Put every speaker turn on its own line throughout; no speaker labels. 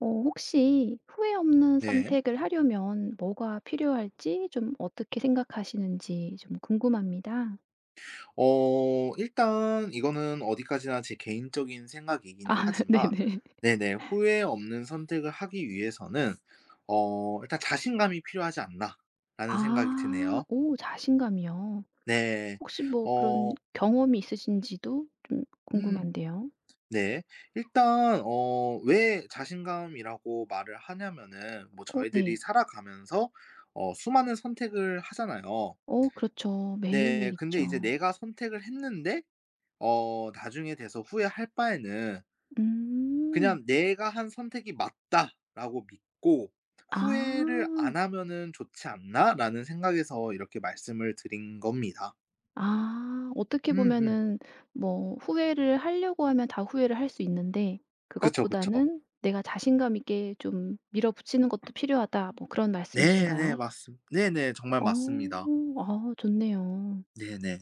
어 혹시 후회 없는
네.
선택을 하려면 뭐가 필요할지 좀 어떻게 생각하시는지 좀 궁금합니다.
일단 이거는 어디까지나 제 개인적인 생각이기는
아
하지만
네네.
네네. '후회 없는 선택을 하기 위해서는 일단 자신감이 필요하지 않나.'라는 생각이
아
드네요.
오 자신감이요.
네.
혹시 뭐 그런
어
경험이 있으신지도 좀
음
궁금한데요.
네. 일단 왜 자신감이라고 말을 하냐면은 뭐
어
저희들이
네.
살아가면서 수많은 선택을 하잖아요.
어 그렇죠.
네.
매일매일
근데 이제
있죠.
내가 선택을 했는데 나중에 돼서 후회할 바에는
음.
그냥 '내가 한 선택이 맞다.'라고 믿고
아.
'후회를 안 하면은 좋지 않나?'라는 생각에서 이렇게 말씀을 드린 겁니다.
아 어떻게
음음.
보면은 뭐 후회를 하려고 하면 다 후회를 할 수 있는데
그쵸, 그쵸.
그것보다는 '내가 자신감 있게 좀 밀어붙이는 것도 필요하다.' 뭐 그런
네네.
말씀이신가요?
맞습 네네. 정말
어.
맞습니다.
아 좋네요.
네네.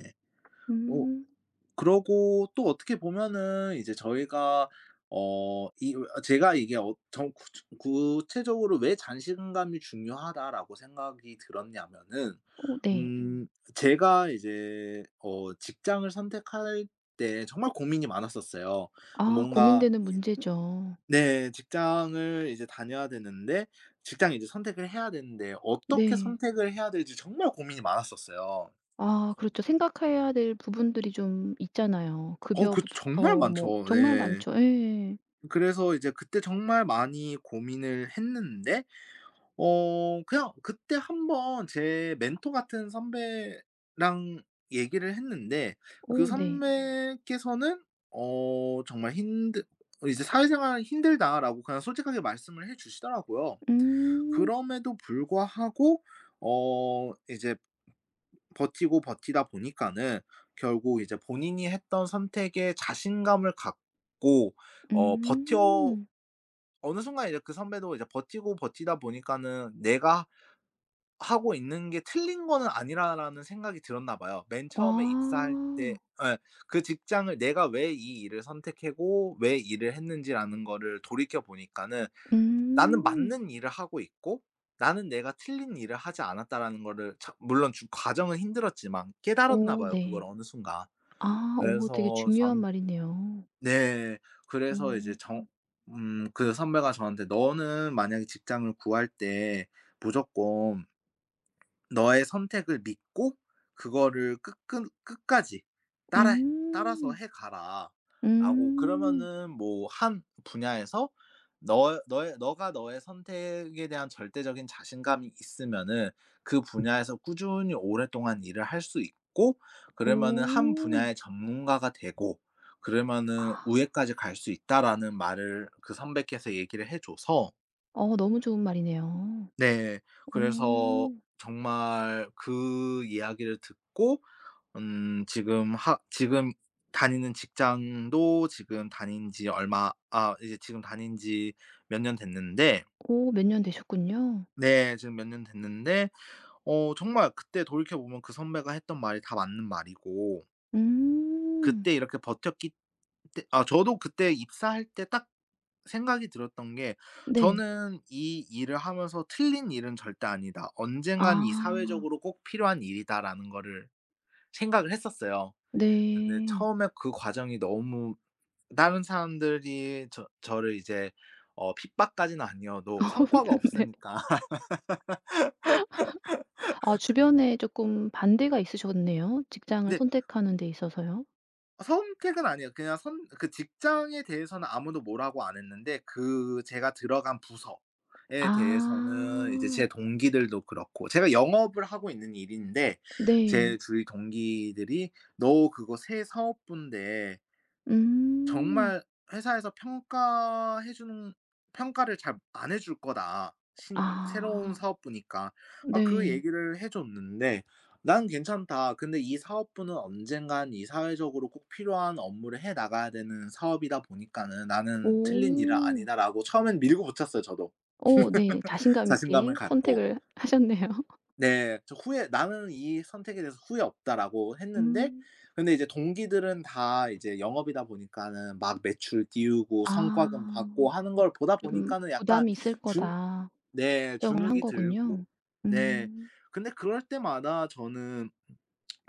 어
음.
그러고 또 어떻게 보면은 이제 저희가 어 이 어 제가 이게 어 정 구체 구체적으로 '왜 자신감이 중요하다.'라고 생각이 들었냐면은
어 네.
음. 음 제가 이제 직장을 선택할 때 정말 고민이 많았었어요. 음.
아
뭔가
고민되는 문제죠.
네 직장을 이제 다녀야 되는데 직장을 이제 선택을 해야 되는데 어떻게
네.
선택을 해야 될지 정말 고민이 많았었어요.
아 그렇죠. 생각해야 될 부분들이 좀 있잖아요.
그 정말
급여부터 뭐
많죠.
정말
네.
많죠. 예.
그래서 이제 그때 정말 많이 고민을 했는데 그냥 그때 한번 제 멘토 같은 선배랑 얘기를 했는데 그
오, 네.
선배께서는 어 정말 힘들 이제 "사회생활 힘들다."라고 그냥 솔직하게 말씀을 해 주시더라고요.
음.
그럼에도 불구하고 이제 버티고 버티다 보니까는 결국 이제 본인이 했던 선택에 자신감을 갖고 어 버텨
음.
어느 순간 이제 그 선배도 이제 버티고 버티다 보니까는 '내가 하고 있는 게 틀린 거는 아니라.'라는 생각이 들었나 봐요. 맨 처음에 입사할 때
와.
예 그 직장을 내가 왜 이 일을 선택하고 왜 일을 했는지라는 거를 돌이켜 보니까는 '나는
음.
맞는 일을 하고 있고 나는 내가 틀린 일을 하지 않았다.'라는 거를 참 물론 주 과정은 힘들었지만 깨달았나
오
봐요 그걸
네.
어느 순간.
아 오 되게
그래서
중요한
전
말이네요.
네. 그래서 이제
오
정 그 선배가 저한테 "너는 만약에 직장을 구할 때 무조건 너의 선택을 믿고 그거를 끝끝 끝까지 따라 따라서
음.
해 가라라고
음.
그러면은 뭐 한 분야에서 너 너의 너가 너의 선택에 대한 절대적인 자신감이 있으면은 그 분야에서 꾸준히 오랫동안 일을 할 수 있고 그러면은 한
오
분야의 전문가가 되고 그러면은 우회까지 갈 수 있다라는 말을 그 선배께서 얘기를 해 줘서
어 너무 좋은 말이네요.
네. 그래서
오
정말 그 이야기를 듣고 지금 하 지금 다니는 직장도 지금 다닌 지 얼마 아 이제 지금 다닌 지 몇 년 됐는데
오 몇 년 되셨군요.
네 지금 몇 년 됐는데 정말 그때 돌이켜 보면 그 선배가 했던 말이 다 맞는 말이고
음.
그때 이렇게 버텼기 때 아 저도 그때 입사할 때 딱 생각이 들었던 게
네.
저는 '이 일을 하면서 틀린 일은 절대 아니다. 언젠간 이
아.
사회적으로 꼭 필요한 일이다.'라는 거를 생각을 했었어요. 근데
네.
처음에 그 과정이 너무 다른 사람들이 저를 이제 핍박까지는 아니어도 성과가
네.
없으니까.
아 주변에 쪼끔 반대가 있으셨네요. 직장을
근데
선택하는 데 있어서요.
선택은 아니에요. 그냥 선 그 직장에 대해서는 아무도 뭐라고 안 했는데 그 제가 들어간 부서에 대해서는 이제
아.
제 동기들도 그렇고 제가 영업을 하고 있는 일인데
네.
제 주위 동기들이 "너 그거 새 사업부인데
음.
정말 회사에서 평가해 주는 평가를 잘 안해줄 거다. 새로운
아.
사업부니까. 막 그
네.
얘기를 해 줬는데 "난 괜찮다. 근데 이 사업부는 언젠간 이 사회적으로 꼭 필요한 업무를 해 나가야 되는 사업이다 보니까는 나는 틀린 일은
오.
아니다."라고 처음엔 밀고 붙였어요 저도.
어 네. 자신감
자신감을
있게
갖고.
선택을 하셨네요.
네. 저 후회 "나는 이 선택에 대해서 후회 없다."라고 했는데
음.
근데 이제 동기들은 다 이제 영업이다 보니까는 막 매출 띄우고
아.
성과금 받고 하는
어
걸 보다
좀
보니까는 약간
'부담이 있을
균
거다.'
네.
정을 한
주눅이
거군요.
들고. 네.
음.
근데 그럴 때마다 저는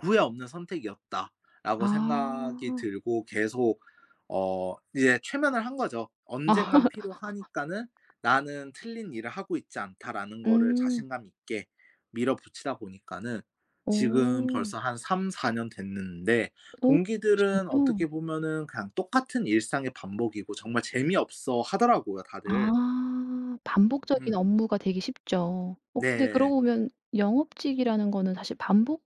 '후회 없는 선택이었다.'라고 생각이
아.
들고 계속 이제 최면을 한 거죠. '언젠간 필요하니까는 나는 틀린 일을 하고 있지 않다.'라는 거를
음.
자신감 있게 밀어붙이다 보니까는 지금
오,
벌써 한 3-4년 됐는데
오,
동기들은
그러시군요.
어떻게 보면은 그냥 똑같은 일상의 반복이고 정말 재미없어 하더라고요 다들.
아. 반복적인
음.
업무가 되기 쉽죠. 어 근데
네.
그러고 보면 영업직이라는 거는 사실 반복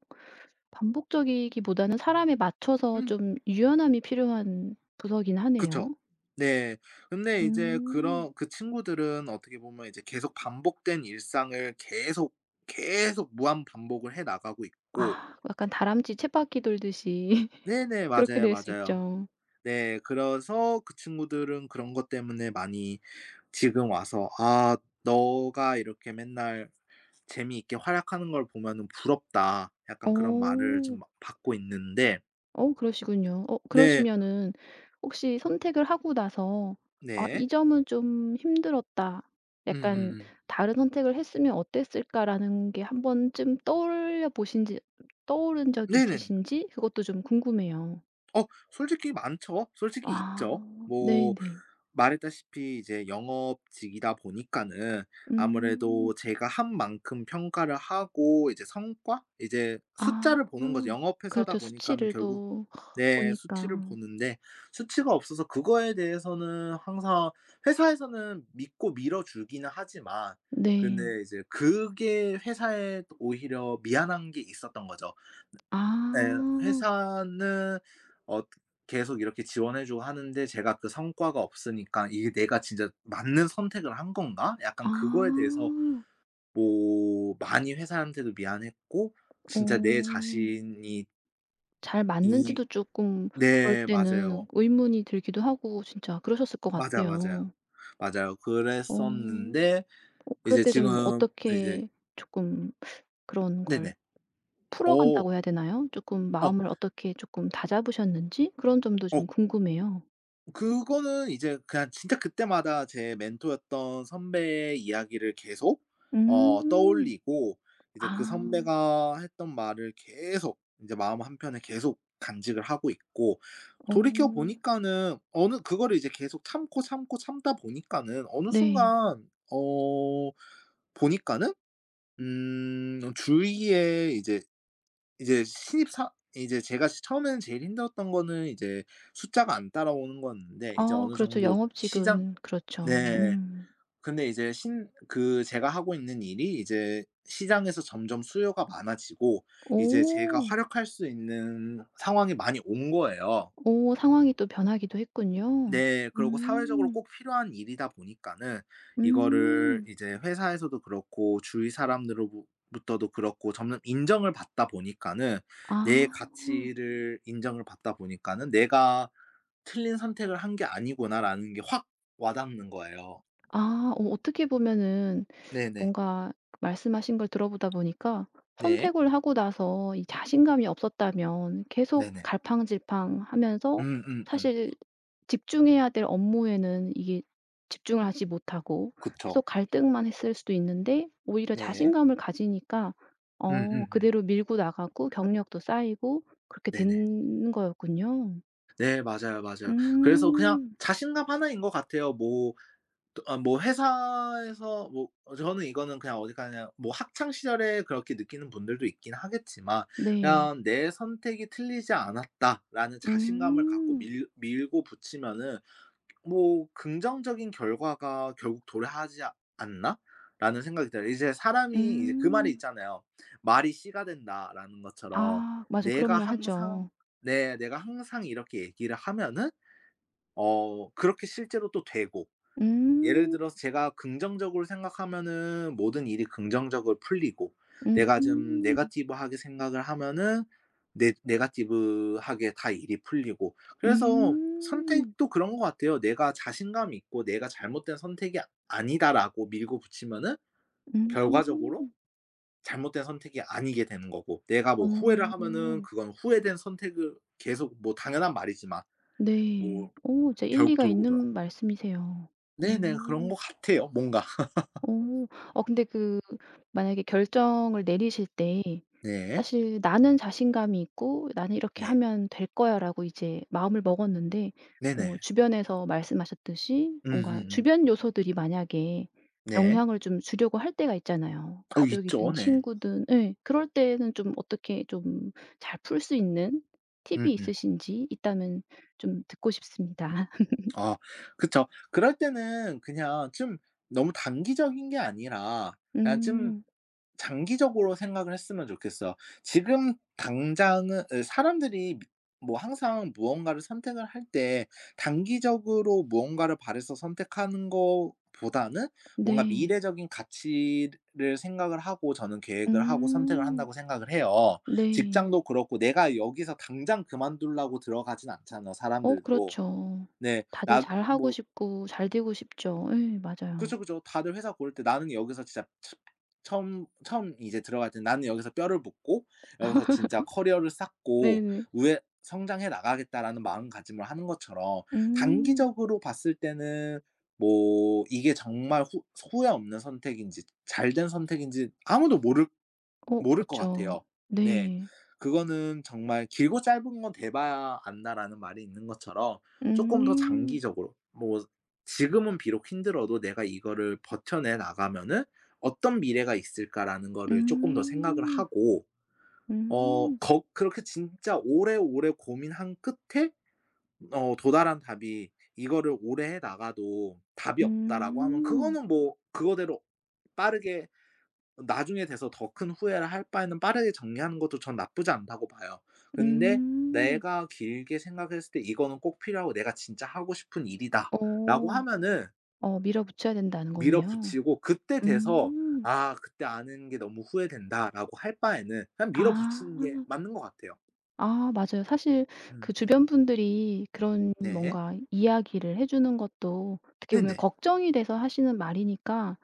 반복적이기보다는 사람에 맞춰서
음.
좀 유연함이 필요한 부서긴
그쵸.
하네요.
네. 근데 이제
음.
그런 그 친구들은 어떻게 보면 이제 계속 반복된 일상을 계속 무한 반복을 해 나가고 있고
아 약간 다람쥐 쳇바퀴 돌듯이
네네.
그렇게
맞아요,
될 수
맞아요.
있죠.
네. 그래서 그 친구들은 그런 것 때문에 많이 지금 와서 '아 너가 이렇게 맨날 재미있게 활약하는 걸 보면은 부럽다.' 약간 그런 말을
어.
좀 받고 있는데
어 그러시군요. 어
네.
그러시면은 혹시 선택을 하고 나서 '아
네.
이 점은 좀 힘들었다. 약간
음음음.
다른 선택을 했으면 어땠을까.'라는 게 한 번쯤 떠올려 보신지 떠오른 적이
네네네.
있으신지 그것도 좀 궁금해요.
어 솔직히 많죠. 솔직히
아
있죠. 뭐
네네.
말했다시피 이제 영업직이다 보니까는 아무래도
음.
제가 한 만큼 평가를 하고 이제 성과 이제
아.
숫자를 보는 거죠. 영업 회사다
그렇죠.
보니까는
수치를
결국
또
내 수치를
보니까.
보는데 수치가 없어서 그거에 대해서는 항상 회사에서는 믿고 밀어 주기는 하지만
네.
근데 이제 그게 회사에 오히려 미안한 게 있었던 거죠.
아.
네 회사는 어 계속 이렇게 지원해 주고 하는데 제가 그 성과가 없으니까 '이게 내가 진짜 맞는 선택을 한 건가?' 약간
아.
그거에 대해서 뭐 많이 회사한테도 미안했고 진짜 내
어.
자신이
잘
이
맞는지도 쪼끔 그럴
네. 맞아요.
때는 의문이 들기도 하고 진짜 그러셨을 것
맞아, 맞아요.
같아요.
맞아요.
어.
그랬었는데
어 그럴
이제
때 좀
지금 이제
어떻게 쪼끔 그런
네네.
걸
어.
풀어간다고 해야 되나요? 쪼끔
어.
마음을 어떻게 쪼끔 다잡으셨는지 그런 점도
어
좀 궁금해요.
그거는 이제 그냥 진짜 그때마다 제 멘토였던 선배의 이야기를 계속
음.
떠올리고 이제 그
아.
선배가 했던 말을 계속 인제 마음 한켠에 계속 간직을 하고 있고
어.
돌이켜 보니까는 어느 그거를 이제 계속 참고 참다 보니까는 어느
네.
순간 보니까는 주위에 이제 이제 신입사 이제 제가 처음에는 제일 힘들었던 거는 이제 숫자가 안 따라오는 거였는데 이제
아
어느
그렇죠.
정도 시장
영업직은 그렇죠.
네.
음.
근데 이제 신 그 제가 하고 있는 일이 이제 시장에서 점점 수요가 많아지고 이제 제가
오.
활약할 수 있는 상황이 많이 온 거예요.
오 상황이 또 변하기도 했군요.
네. 그리고 사회적으로
음.
꼭 필요한 일이다 보니까는
음.
이거를
음.
이제 회사에서도 그렇고 주위 사람들로부 부터도 그렇고 점점 인정을 받다 보니까는
아.
내
아
가치를 인정을 받다 보니까는 '내가 틀린 선택을 한 게 아니구나.'라는 게 확 와닿는 거예요.
어 어떻게 보면은
네네.
뭔가 말씀하신 걸 들어보다 보니까
네.
선택을 하고 나서 이 자신감이 없었다면 계속
네네.
갈팡질팡하면서
음음음.
사실 집중해야 될 업무에는 이게 집중을 하지 못하고
그쵸.
계속 갈등만 했을 수도 있는데 오히려
네.
자신감을 가지니까 어
음음음.
그대로 밀고 나가고 경력도 쌓이고 그렇게
네네.
된 거였군요.
네 맞아요, 맞아요. 그래서 그냥
음.
자신감 하나인 것 같아요. 뭐 뭐 회사에서 뭐 저는 이거는 그냥 어디가 그냥 뭐 학창 시절에 그렇게 느끼는 분들도 있긴 하겠지만
네.
그냥 '내 선택이 틀리지 않았다.'라는 자신감을 갖고
음.
밀 밀고 붙이면은 뭐 '긍정적인 결과가 결국 도래하지 않나?'라는 생각이 들어요. 이제 사람이 이제 그 말이
음.
있잖아요. '말이 씨가 된다.'라는 것처럼
아 맞아. 그런
내가
말
항상
하죠.
네 내가 항상 이렇게 얘기를 하면은 그렇게 실제로 또 되고 예를
음.
들어서 제가 긍정적으로 생각하면은 모든 일이 긍정적으로 풀리고 내가 좀
음.
네거티브하게 생각을 하면은 네 네거티브하게 다 일이 풀리고 그래서
음.
선택도 그런 것 같아요. 내가 자신감이 있고 '내가 잘못된 선택이 아니다.'라고 밀고 붙이면은 결과적으로
음.
잘못된 선택이 아니게 되는 거고 내가 뭐
어.
후회를 하면은 그건 후회된 선택을 계속 뭐 당연한 말이지만
네.
뭐
오, 진짜
결국
일리가
돌고 돌아
있는 말씀이세요.
네네. 그런
오,
것 같아요 뭔가.
오, 어 근데 그 만약에 결정을 내리실 때
네.
사실 나는 자신감이 있고 '나는 이렇게
네.
하면 될 거야.'라고 이제 마음을 먹었는데 어
네네.
주변에서 말씀하셨듯이 뭔가
음음음.
주변 요소들이 만약에
네.
영향을 좀 주려고 할 때가 있잖아요.
있죠.
가족이든
네.
친구든 예. 그럴 때는 좀 어떻게 좀 잘 풀 수 있는 팁이
음음.
있으신지 있다면 좀 듣고 싶습니다.
아 그쵸. 그럴 때는 그냥 좀 너무 단기적인 게 아니라 그냥 좀
음.
장기적으로 생각을 했으면 좋겠어. 지금 당장은 으, 사람들이 미 뭐 항상 무언가를 선택을 할 때 단기적으로 무언가를 바래서 선택하는 것보다는 뭔가
네.
미래적인 가치를 생각을 하고 저는 계획을 하고 선택을
음.
한다고 생각을 해요.
네.
직장도 그렇고 내가 여기서 당장 그만두려고 들어가진 않잖아
어
사람들도.
그렇죠.
네.
다들
나
잘하고
뭐
싶고 잘 되고 싶죠. 예 맞아요.
그죠, 그죠. 다들 회사 고를 때 나는 여기서 진짜 처 처음 처음 이제 들어갈 때 '나는 여기서 뼈를 묻고 여기서 진짜 커리어를 쌓고
네네.
위에 성장해 나가겠다.'라는 마음가짐을 하는 것처럼
음.
단기적으로 봤을 때는 뭐 이게 정말 후 후회 없는 선택인지 잘된 선택인지 아무도
어
모를 것
그렇죠.
같아요. 네.
네.
그거는 정말 '길고 짧은 건 대봐야 안다.'라는 말이 있는 것처럼 조금 더
음.
장기적으로 뭐 지금은 비록 힘들어도 '내가 이거를 버텨내 나가면은 어떤 미래가 있을까.'라는 거를 조금 더 생각을
음.
하고 어
음.
거 그렇게 진짜 오래오래 고민한 끝에 도달한 답이 '이거를 오래 해 나가도 답이 없다.'라고 하면
음.
그거는 뭐 그거대로 빠르게 나중에 돼서 더 큰 후회를 할 바에는 빠르게 정리하는 것도 전 나쁘지 않다고 봐요. 근데
음.
내가 길게 생각했을 때 '이거는 꼭 필요하고 내가 진짜 하고 싶은 일이다.'라고
어.
하면은
어 밀어붙여야 된다는 거네요.
밀어붙이고 그때 돼서
음.
'아 그때 아는 게 너무 후회된다.'라고 할 바에는 그냥
아.
밀어붙이는 게 맞는 것 같아요.
아 맞아요. 사실 그
음.
주변 분들이 그런
네.
뭔가 이야기를 해 주는 것도 어떻게 보면
네네.
걱정이 돼서 하시는 말이니까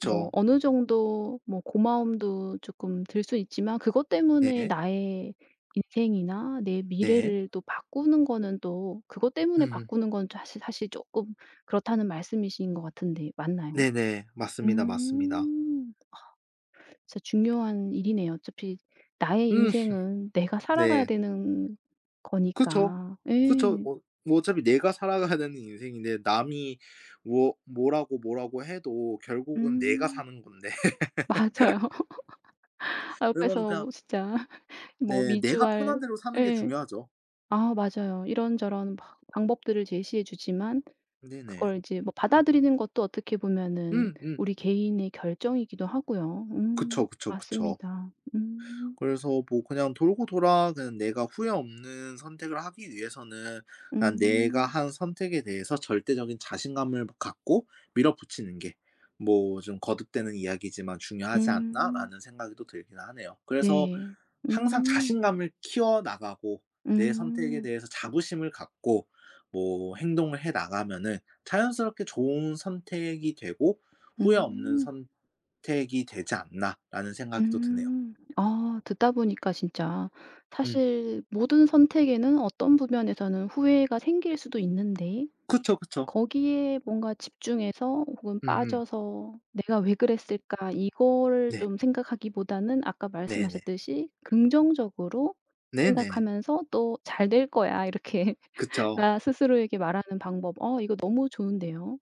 뭐 어느 정도 뭐 고마움도 조금 들 수 있지만 그것 때문에
네.
나의 인생이나 내
네.
미래를 또 바꾸는 거는 또 그것 때문에
음
바꾸는 건 사실 조금 그렇다는 말씀이신 것 같은데 맞나요?
네네. 맞습니다, 맞습니다.
음. 진짜 중요한 일이네요. 어차피 나의
음
인생은 내가 살아가야
네.
되는
그쵸.
거니까.
그쵸.
예.
뭐 어차피 내가 살아가는 인생인데 남이 뭐라고 해도 결국은 내가
음.
사는 건데
맞아요. 아
그러면
옆에서
그냥
뭐 진짜 뭐
네 내가 편한
미주알
대로 사는 게
예.
중요하죠.
아 맞아요. 이런저런 막 방법들을 제시해 주지만
네네.
그걸 이제 뭐 받아들이는 것도 어떻게 보면은
음음.
우리 개인의 결정이기도 하고요.
그쵸, 그쵸, 그쵸.
맞습니다. 음.
그래서 뭐 그냥 돌고 돌아 그냥 내가 후회 없는 선택을 하기 위해서는 그냥 내가
음.
한 선택에 대해서 절대적인 자신감을 갖고 밀어붙이는 게 뭐 좀 거듭되는 이야기지만 '중요하지
음.
않나?'라는 생각이 또 들긴 하네요. 그래서
네.
항상
음.
자신감을 키워나가고 내 선택에
음.
대해서 자부심을 갖고 뭐 행동을 해 나가면은 자연스럽게 '좋은 선택이 되고 후회 없는
음.
선택이 되지 않나?'라는 생각이 또 드네요.
음. 아 듣다 보니까 진짜
음.
사실 모든 선택에는 어떤 부분에서는 후회가 생길 수도 있는데
그쵸, 그쵸.
거기에 뭔가 집중해서 혹은
음음.
빠져서 '내가 왜 그랬을까?' 이거를
네.
좀 생각하기보다는 아까
네네.
말씀하셨듯이 긍정적으로
네네.
생각하면서 또 "잘 될 거야." 이렇게
그쵸.
나 스스로에게 말하는 방법. 어 이거 너무 좋은데요.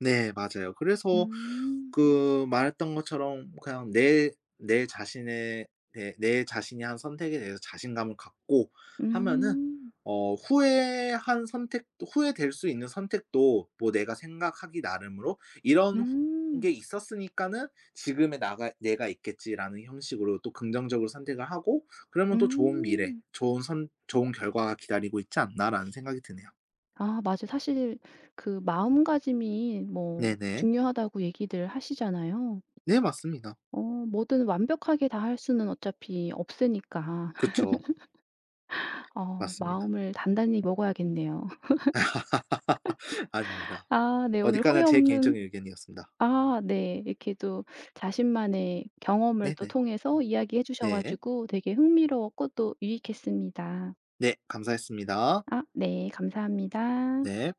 네 맞아요. 그래서
음.
그 말했던 것처럼 그냥 내 내 자신의 내 내 자신이 한 선택에 대해서 자신감을 갖고 하면은
음.
후회한 선택도 후회될 수 있는 선택도 뭐 내가 생각하기 나름으로 '이런 후
음.
게 있었으니까는 지금의 나가 내가 있겠지.'라는 형식으로 또 긍정적으로 선택을 하고 그러면 또 '좋은 미래,
음.
좋은 선 좋은 결과가 기다리고 있지 않나.'라는 생각이 드네요.
아 맞아요. 사실 그 마음가짐이 뭐
네네.
중요하다고 얘기들 하시잖아요.
네 맞습니다.
어 뭐든 완벽하게 다 할 수는 어차피 없으니까.
그쵸.
어
맞습니다.
마음을 단단히 먹어야겠네요.
아닙니다.
아 네 오늘 후회
어디까지나 제
없는
개인적인 의견이었습니다.
아 네. 이렇게 또 자신만의 경험을 또
네네.
통해서 이야기해 주셔
네.
가지고 되게 흥미로웠고 또 유익했습니다.
네. 감사했습니다.
아 네. 감사합니다.
네.